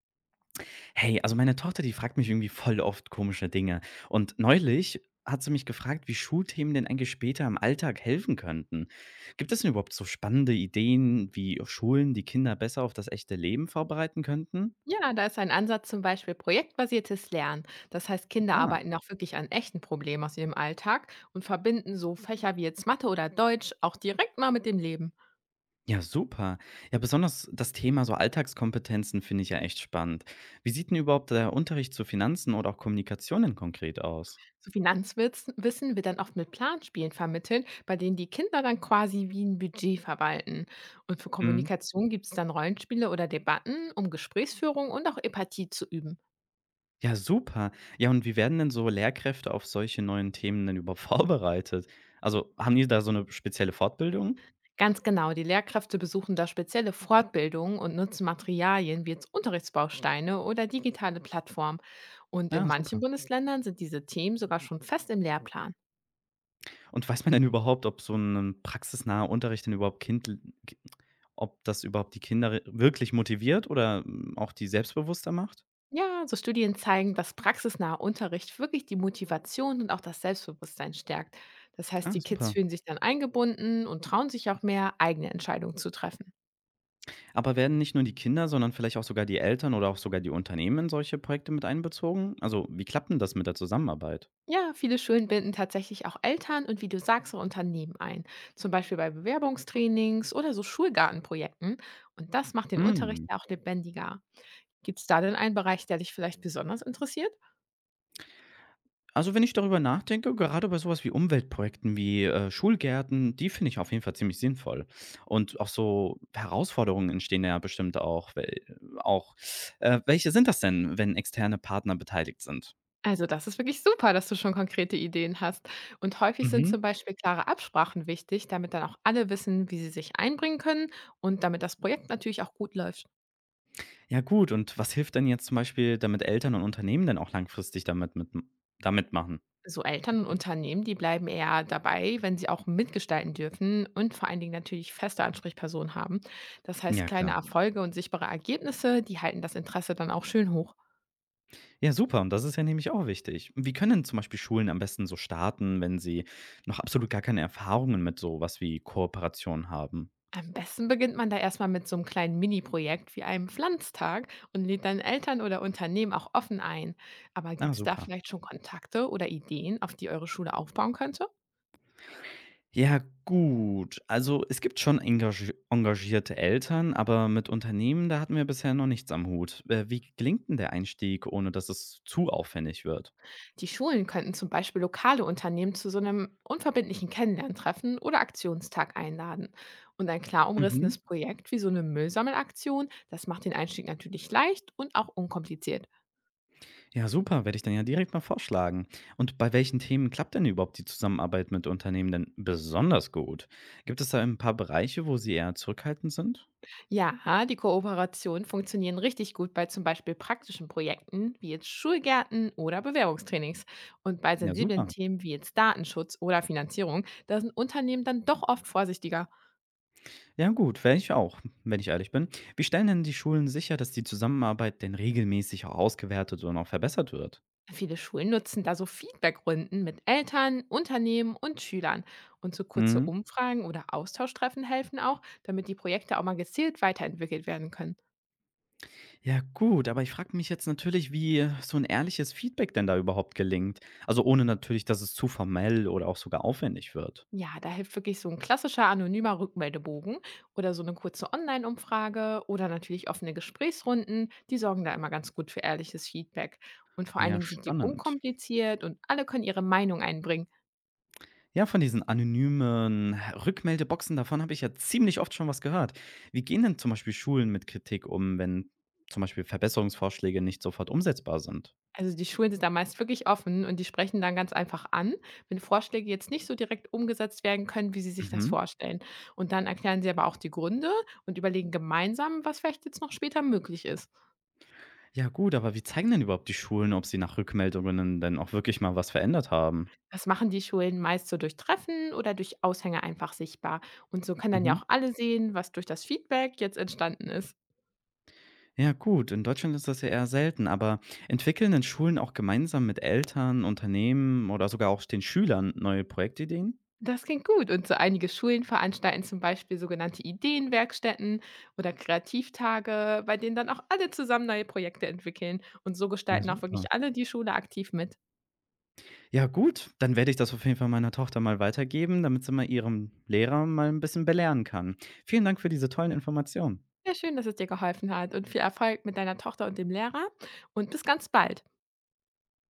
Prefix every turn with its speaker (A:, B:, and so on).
A: Hey, also meine Tochter, die fragt mich irgendwie voll oft komische Dinge. Und neulich hat sie mich gefragt, wie Schulthemen denn eigentlich später im Alltag helfen könnten. Gibt es denn überhaupt so spannende Ideen, wie Schulen die Kinder besser auf das echte Leben vorbereiten könnten?
B: Ja, da ist ein Ansatz zum Beispiel projektbasiertes Lernen. Das heißt, Kinder
A: Ah,
B: arbeiten auch wirklich an echten Problemen aus ihrem Alltag und verbinden so Fächer wie jetzt Mathe oder Deutsch auch direkt mal mit dem Leben.
A: ja, super. Ja, besonders das Thema so Alltagskompetenzen finde ich ja echt spannend. Wie sieht denn überhaupt der Unterricht zu Finanzen oder auch Kommunikation denn konkret aus?
B: So Finanzwissen wird dann oft mit Planspielen vermittelt, bei denen die Kinder dann quasi wie ein Budget verwalten. Und für
A: Mhm.
B: Kommunikation gibt es dann Rollenspiele oder Debatten, um Gesprächsführung und auch Empathie zu üben.
A: Ja, super. Ja, und wie werden denn so Lehrkräfte auf solche neuen Themen denn überhaupt vorbereitet? Also, haben die da so eine spezielle Fortbildung?
B: Ganz genau, die Lehrkräfte besuchen da spezielle Fortbildungen und nutzen Materialien wie jetzt Unterrichtsbausteine oder digitale Plattformen. Und in
A: Ja,
B: manchen
A: super.
B: Bundesländern sind diese Themen sogar schon fest im Lehrplan.
A: Und weiß man denn überhaupt, ob so ein praxisnaher Unterricht denn überhaupt kind ki ob das überhaupt die Kinder wirklich motiviert oder, auch die selbstbewusster macht?
B: Ja, so Studien zeigen, dass praxisnaher Unterricht wirklich die Motivation und auch das Selbstbewusstsein stärkt. Das heißt,
A: Ah,
B: die Kids
A: super.
B: fühlen sich dann eingebunden und trauen sich auch mehr, eigene Entscheidungen zu treffen.
A: Aber werden nicht nur die Kinder, sondern vielleicht auch sogar die Eltern oder auch sogar die Unternehmen in solche Projekte mit einbezogen? Also, wie klappt denn das mit der Zusammenarbeit?
B: Ja, viele Schulen binden tatsächlich auch Eltern und, wie du sagst, auch Unternehmen ein. Zum Beispiel bei Bewerbungstrainings oder so Schulgartenprojekten. Und das macht den Unterricht
A: Mhm.
B: ja auch lebendiger. Gibt es da denn einen Bereich, der dich vielleicht besonders interessiert?
A: Also, wenn ich darüber nachdenke, gerade bei sowas wie Umweltprojekten wie, Schulgärten, die finde ich auf jeden Fall ziemlich sinnvoll. Und auch so Herausforderungen entstehen ja bestimmt auch. Welche sind das denn, wenn externe Partner beteiligt sind?
B: Also das ist wirklich super, dass du schon konkrete Ideen hast. Und häufig sind
A: Mhm.
B: zum Beispiel klare Absprachen wichtig, damit dann auch alle wissen, wie sie sich einbringen können und damit das Projekt natürlich auch gut läuft.
A: Ja gut, und was hilft denn jetzt zum Beispiel, damit Eltern und Unternehmen denn auch langfristig damit mit da mitmachen?
B: So Eltern und Unternehmen, die bleiben eher dabei, wenn sie auch mitgestalten dürfen und vor allen Dingen natürlich feste Ansprechpersonen haben. Das heißt,
A: Ja,
B: kleine
A: klar.
B: Erfolge und sichtbare Ergebnisse, die halten das Interesse dann auch schön hoch.
A: Ja, super, und das ist ja nämlich auch wichtig. Wie können denn zum Beispiel Schulen am besten so starten, wenn sie noch absolut gar keine Erfahrungen mit so was wie Kooperation haben?
B: Am besten beginnt man da erstmal mit so einem kleinen Mini-Projekt wie einem Pflanztag und lädt dann Eltern oder Unternehmen auch offen ein. Aber
A: Ah,
B: gibt es da
A: super.
B: vielleicht schon Kontakte oder Ideen, auf die eure Schule aufbauen könnte?
A: Ja, gut. Also, es gibt schon engagierte Eltern, aber mit Unternehmen, da hatten wir bisher noch nichts am Hut. Wie gelingt denn der Einstieg, ohne dass es zu aufwendig wird?
B: Die Schulen könnten zum Beispiel lokale Unternehmen zu so einem unverbindlichen Kennenlerntreffen oder Aktionstag einladen. Und ein klar
A: Mhm.
B: umrissenes Projekt wie so eine Müllsammelaktion, das macht den Einstieg natürlich leicht und auch unkompliziert.
A: Ja, super, werde ich dann ja direkt mal vorschlagen. Und bei welchen Themen klappt denn überhaupt die Zusammenarbeit mit Unternehmen denn besonders gut? Gibt es da ein paar Bereiche, wo sie eher zurückhaltend sind?
B: Ja, die Kooperationen funktionieren richtig gut bei zum Beispiel praktischen Projekten wie jetzt Schulgärten oder Bewerbungstrainings. Und bei
A: Ja,
B: sensiblen
A: super.
B: Themen wie jetzt Datenschutz oder Finanzierung, da sind Unternehmen dann doch oft vorsichtiger.
A: Ja, gut, wäre ich auch, wenn ich ehrlich bin. Wie stellen denn die Schulen sicher, dass die Zusammenarbeit denn regelmäßig auch ausgewertet und auch verbessert wird?
B: Viele Schulen nutzen da so Feedbackrunden mit Eltern, Unternehmen und Schülern. Und so kurze
A: Mhm.
B: Umfragen oder Austauschtreffen helfen auch, damit die Projekte auch mal gezielt weiterentwickelt werden können.
A: Ja gut, aber ich frage mich jetzt natürlich, wie so ein ehrliches Feedback denn da überhaupt gelingt? Also, ohne natürlich, dass es zu formell oder auch sogar aufwendig wird.
B: Ja, da hilft wirklich so ein klassischer anonymer Rückmeldebogen oder so eine kurze Online-Umfrage oder natürlich offene Gesprächsrunden. Die sorgen da immer ganz gut für ehrliches Feedback. Und vor allen
A: Ja,
B: Dingen sind die
A: spannend.
B: unkompliziert und alle können ihre Meinung einbringen.
A: Ja, von diesen anonymen Rückmeldeboxen, davon habe ich ja ziemlich oft schon was gehört. Wie gehen denn zum Beispiel Schulen mit Kritik um, wenn zum Beispiel Verbesserungsvorschläge nicht sofort umsetzbar sind?
B: Also die Schulen sind da meist wirklich offen und die sprechen dann ganz einfach an, wenn Vorschläge jetzt nicht so direkt umgesetzt werden können, wie sie sich das
A: Mhm.
B: vorstellen. Und dann erklären sie aber auch die Gründe und überlegen gemeinsam, was vielleicht jetzt noch später möglich ist.
A: Ja gut, aber wie zeigen denn überhaupt die Schulen, ob sie nach Rückmeldungen denn auch wirklich mal was verändert haben?
B: Das machen die Schulen meist so durch Treffen oder durch Aushänge einfach sichtbar. Und so können dann ja
A: Mhm.
B: auch alle sehen, was durch das Feedback jetzt entstanden ist.
A: Ja gut, in Deutschland ist das ja eher selten, aber entwickeln denn Schulen auch gemeinsam mit Eltern, Unternehmen oder sogar auch den Schülern neue Projektideen?
B: Das klingt gut. Und so einige Schulen veranstalten zum Beispiel sogenannte Ideenwerkstätten oder Kreativtage, bei denen dann auch alle zusammen neue Projekte entwickeln. Und so
A: Ja,
B: gestalten auch
A: super.
B: wirklich alle die Schule aktiv mit.
A: Ja gut, dann werde ich das auf jeden Fall meiner Tochter mal weitergeben, damit sie mal ihrem Lehrer mal ein bisschen belehren kann. Vielen Dank für diese tollen Informationen.
B: Ja, schön, dass es dir geholfen hat, und viel Erfolg mit deiner Tochter und dem Lehrer. Und bis ganz bald.